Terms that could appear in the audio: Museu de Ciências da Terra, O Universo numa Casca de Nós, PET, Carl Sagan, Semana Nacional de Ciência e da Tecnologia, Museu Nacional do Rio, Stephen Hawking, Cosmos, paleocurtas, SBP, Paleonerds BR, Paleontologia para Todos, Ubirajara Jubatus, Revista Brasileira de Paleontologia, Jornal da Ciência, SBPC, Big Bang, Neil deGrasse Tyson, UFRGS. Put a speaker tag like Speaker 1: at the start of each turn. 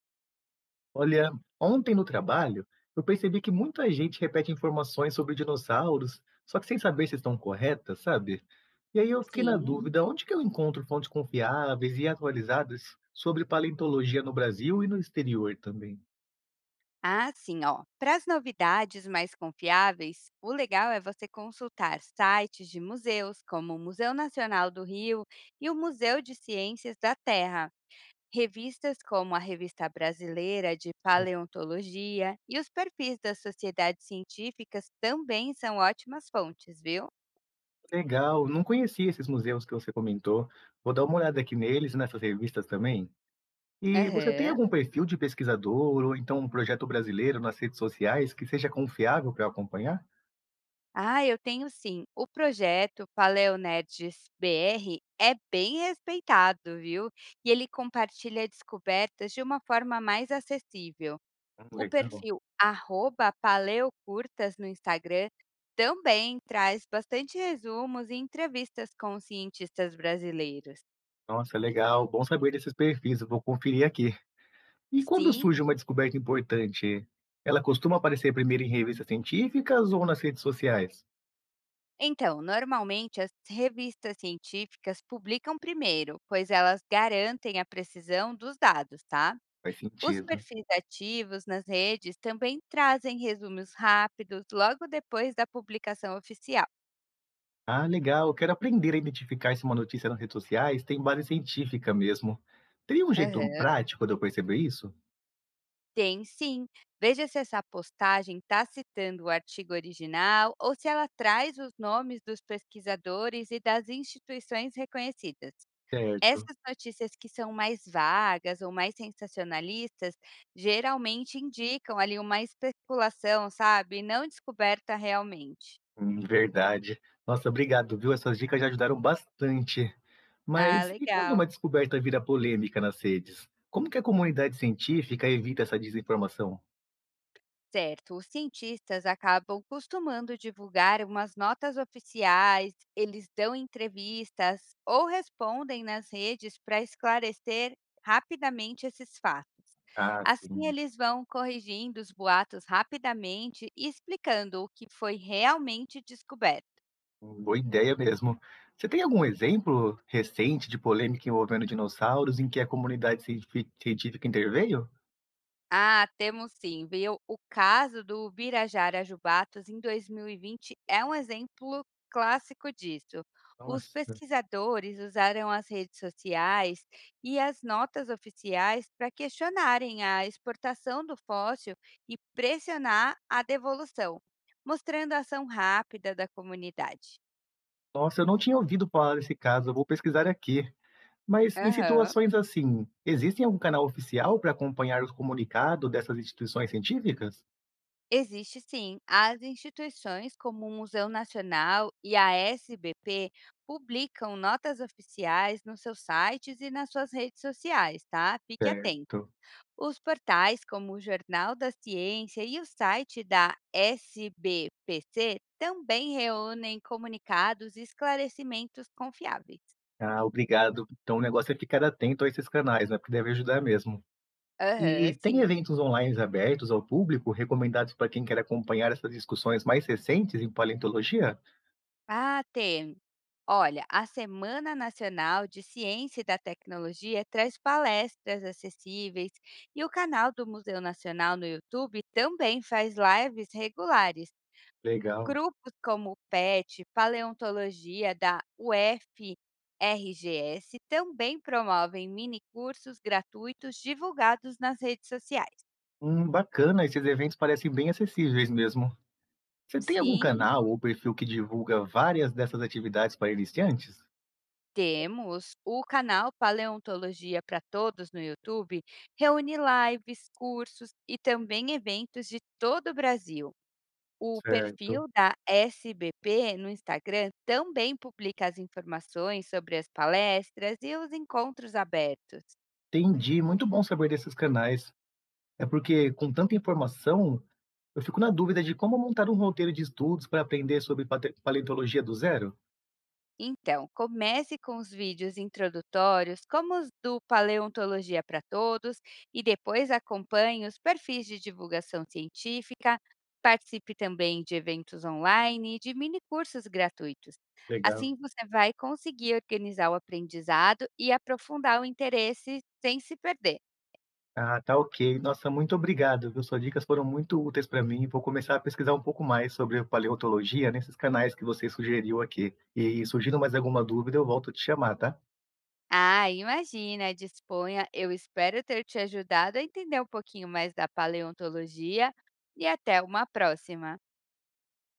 Speaker 1: Olha, ontem no trabalho, eu percebi que muita gente repete informações sobre dinossauros, só que sem saber se estão corretas, sabe? E aí eu fiquei na
Speaker 2: Sim.
Speaker 1: dúvida, onde que eu encontro fontes confiáveis e atualizadas sobre paleontologia no Brasil e no exterior também?
Speaker 2: Ah, sim, ó. Para as novidades mais confiáveis, o legal é você consultar sites de museus, como o Museu Nacional do Rio e o Museu de Ciências da Terra, revistas como a Revista Brasileira de Paleontologia e os perfis das sociedades científicas também são ótimas fontes, viu?
Speaker 1: Legal, não conhecia esses museus que você comentou. Vou dar uma olhada aqui neles e nessas revistas também. E você tem
Speaker 2: Aham.
Speaker 1: algum perfil de pesquisador ou então um projeto brasileiro nas redes sociais que seja confiável para acompanhar?
Speaker 2: Ah, eu tenho sim. O projeto Paleonerds BR é bem respeitado, viu? E ele compartilha descobertas de uma forma mais acessível. O
Speaker 1: Legal.
Speaker 2: perfil arroba paleocurtas no Instagram também traz bastante resumos e entrevistas com cientistas brasileiros.
Speaker 1: Nossa, legal. Bom saber desses perfis, eu vou conferir aqui. E quando
Speaker 2: Sim,
Speaker 1: surge uma descoberta importante, ela costuma aparecer primeiro em revistas científicas ou nas redes sociais?
Speaker 2: então, normalmente as revistas científicas publicam primeiro, pois elas garantem a precisão dos dados, tá?
Speaker 1: Faz
Speaker 2: Os
Speaker 1: sentido.
Speaker 2: perfis ativos nas redes também trazem resumos rápidos logo depois da publicação oficial.
Speaker 1: Ah, legal. Eu quero aprender a identificar se uma notícia nas redes sociais tem base científica mesmo. Teria um jeito
Speaker 2: Aham.
Speaker 1: prático de eu perceber isso?
Speaker 2: Tem sim. Veja se essa postagem está citando o artigo original ou se ela traz os nomes dos pesquisadores e das instituições reconhecidas.
Speaker 1: Certo.
Speaker 2: Essas notícias que são mais vagas ou mais sensacionalistas geralmente indicam ali uma especulação, sabe? Não descoberta realmente.
Speaker 1: Verdade. Nossa, obrigado, viu? Essas dicas já ajudaram bastante.
Speaker 2: Ah,
Speaker 1: Mas e quando uma
Speaker 2: legal.
Speaker 1: descoberta vira polêmica nas redes? Como que a comunidade científica evita essa desinformação?
Speaker 2: Certo, os cientistas acabam costumando divulgar umas notas oficiais, eles dão entrevistas ou respondem nas redes para esclarecer rapidamente esses fatos.
Speaker 1: Ah,
Speaker 2: Assim,
Speaker 1: sim.
Speaker 2: eles vão corrigindo os boatos rapidamente e explicando o que foi realmente descoberto.
Speaker 1: Boa ideia mesmo. Você tem algum exemplo recente de polêmica envolvendo dinossauros em que a científica interveio?
Speaker 2: Ah, temos sim, viu? O caso do Ubirajara Jubatus em 2020 é um exemplo clássico disso. Os
Speaker 1: Nossa,
Speaker 2: pesquisadores usaram as redes sociais e as notas oficiais para questionarem a exportação do fóssil e pressionar a devolução, mostrando a ação rápida da comunidade.
Speaker 1: nossa, eu não tinha ouvido falar desse caso, eu vou pesquisar aqui. Mas em
Speaker 2: Aham.
Speaker 1: situações assim, existem algum canal oficial para acompanhar os comunicados dessas instituições científicas?
Speaker 2: Existe sim. As instituições como o Museu Nacional e a SBP publicam notas oficiais nos seus sites e nas suas redes sociais, tá? Fique atento.
Speaker 1: Certo.
Speaker 2: Os portais como o Jornal da Ciência e o site da SBPC também reúnem comunicados e esclarecimentos confiáveis.
Speaker 1: Ah, obrigado. Então o negócio é ficar atento a esses canais, né? Porque deve ajudar mesmo.
Speaker 2: Aham,
Speaker 1: E tem
Speaker 2: sim.
Speaker 1: eventos online abertos ao público, recomendados para quem quer acompanhar essas discussões mais recentes em paleontologia?
Speaker 2: Ah, temos. Olha, a Semana Nacional de Ciência e da Tecnologia traz palestras acessíveis e o canal do Museu Nacional no YouTube também faz lives regulares.
Speaker 1: Legal.
Speaker 2: Grupos como o PET, Paleontologia da UFRGS também promovem mini cursos gratuitos divulgados nas redes sociais.
Speaker 1: Bacana, esses eventos parecem bem acessíveis mesmo. Você tem algum
Speaker 2: Sim,
Speaker 1: canal ou perfil que divulga várias dessas atividades para iniciantes?
Speaker 2: temos o canal Paleontologia para Todos no YouTube, reúne lives, cursos e também eventos de todo o Brasil. O perfil
Speaker 1: Certo.
Speaker 2: da SBP no Instagram também publica as informações sobre as palestras e os encontros abertos.
Speaker 1: Entendi, muito bom saber desses canais. É porque, com tanta informação, eu fico na dúvida de como montar um roteiro de estudos para aprender sobre paleontologia do zero.
Speaker 2: Então, comece com os vídeos introdutórios, como os do Paleontologia para Todos, e depois acompanhe os perfis de divulgação científica, participe também de eventos online e de mini-cursos gratuitos.
Speaker 1: Legal.
Speaker 2: Assim, você vai conseguir organizar o aprendizado e aprofundar o interesse sem se perder.
Speaker 1: Ah, tá ok. Nossa, muito obrigado, viu. Suas dicas foram muito úteis para mim. Vou começar a pesquisar um pouco mais sobre paleontologia nesses canais que você sugeriu aqui. E surgindo mais alguma dúvida, eu volto a te chamar, tá?
Speaker 2: Ah, imagina, disponha. Eu espero ter te ajudado a entender um pouquinho mais da paleontologia e até uma próxima.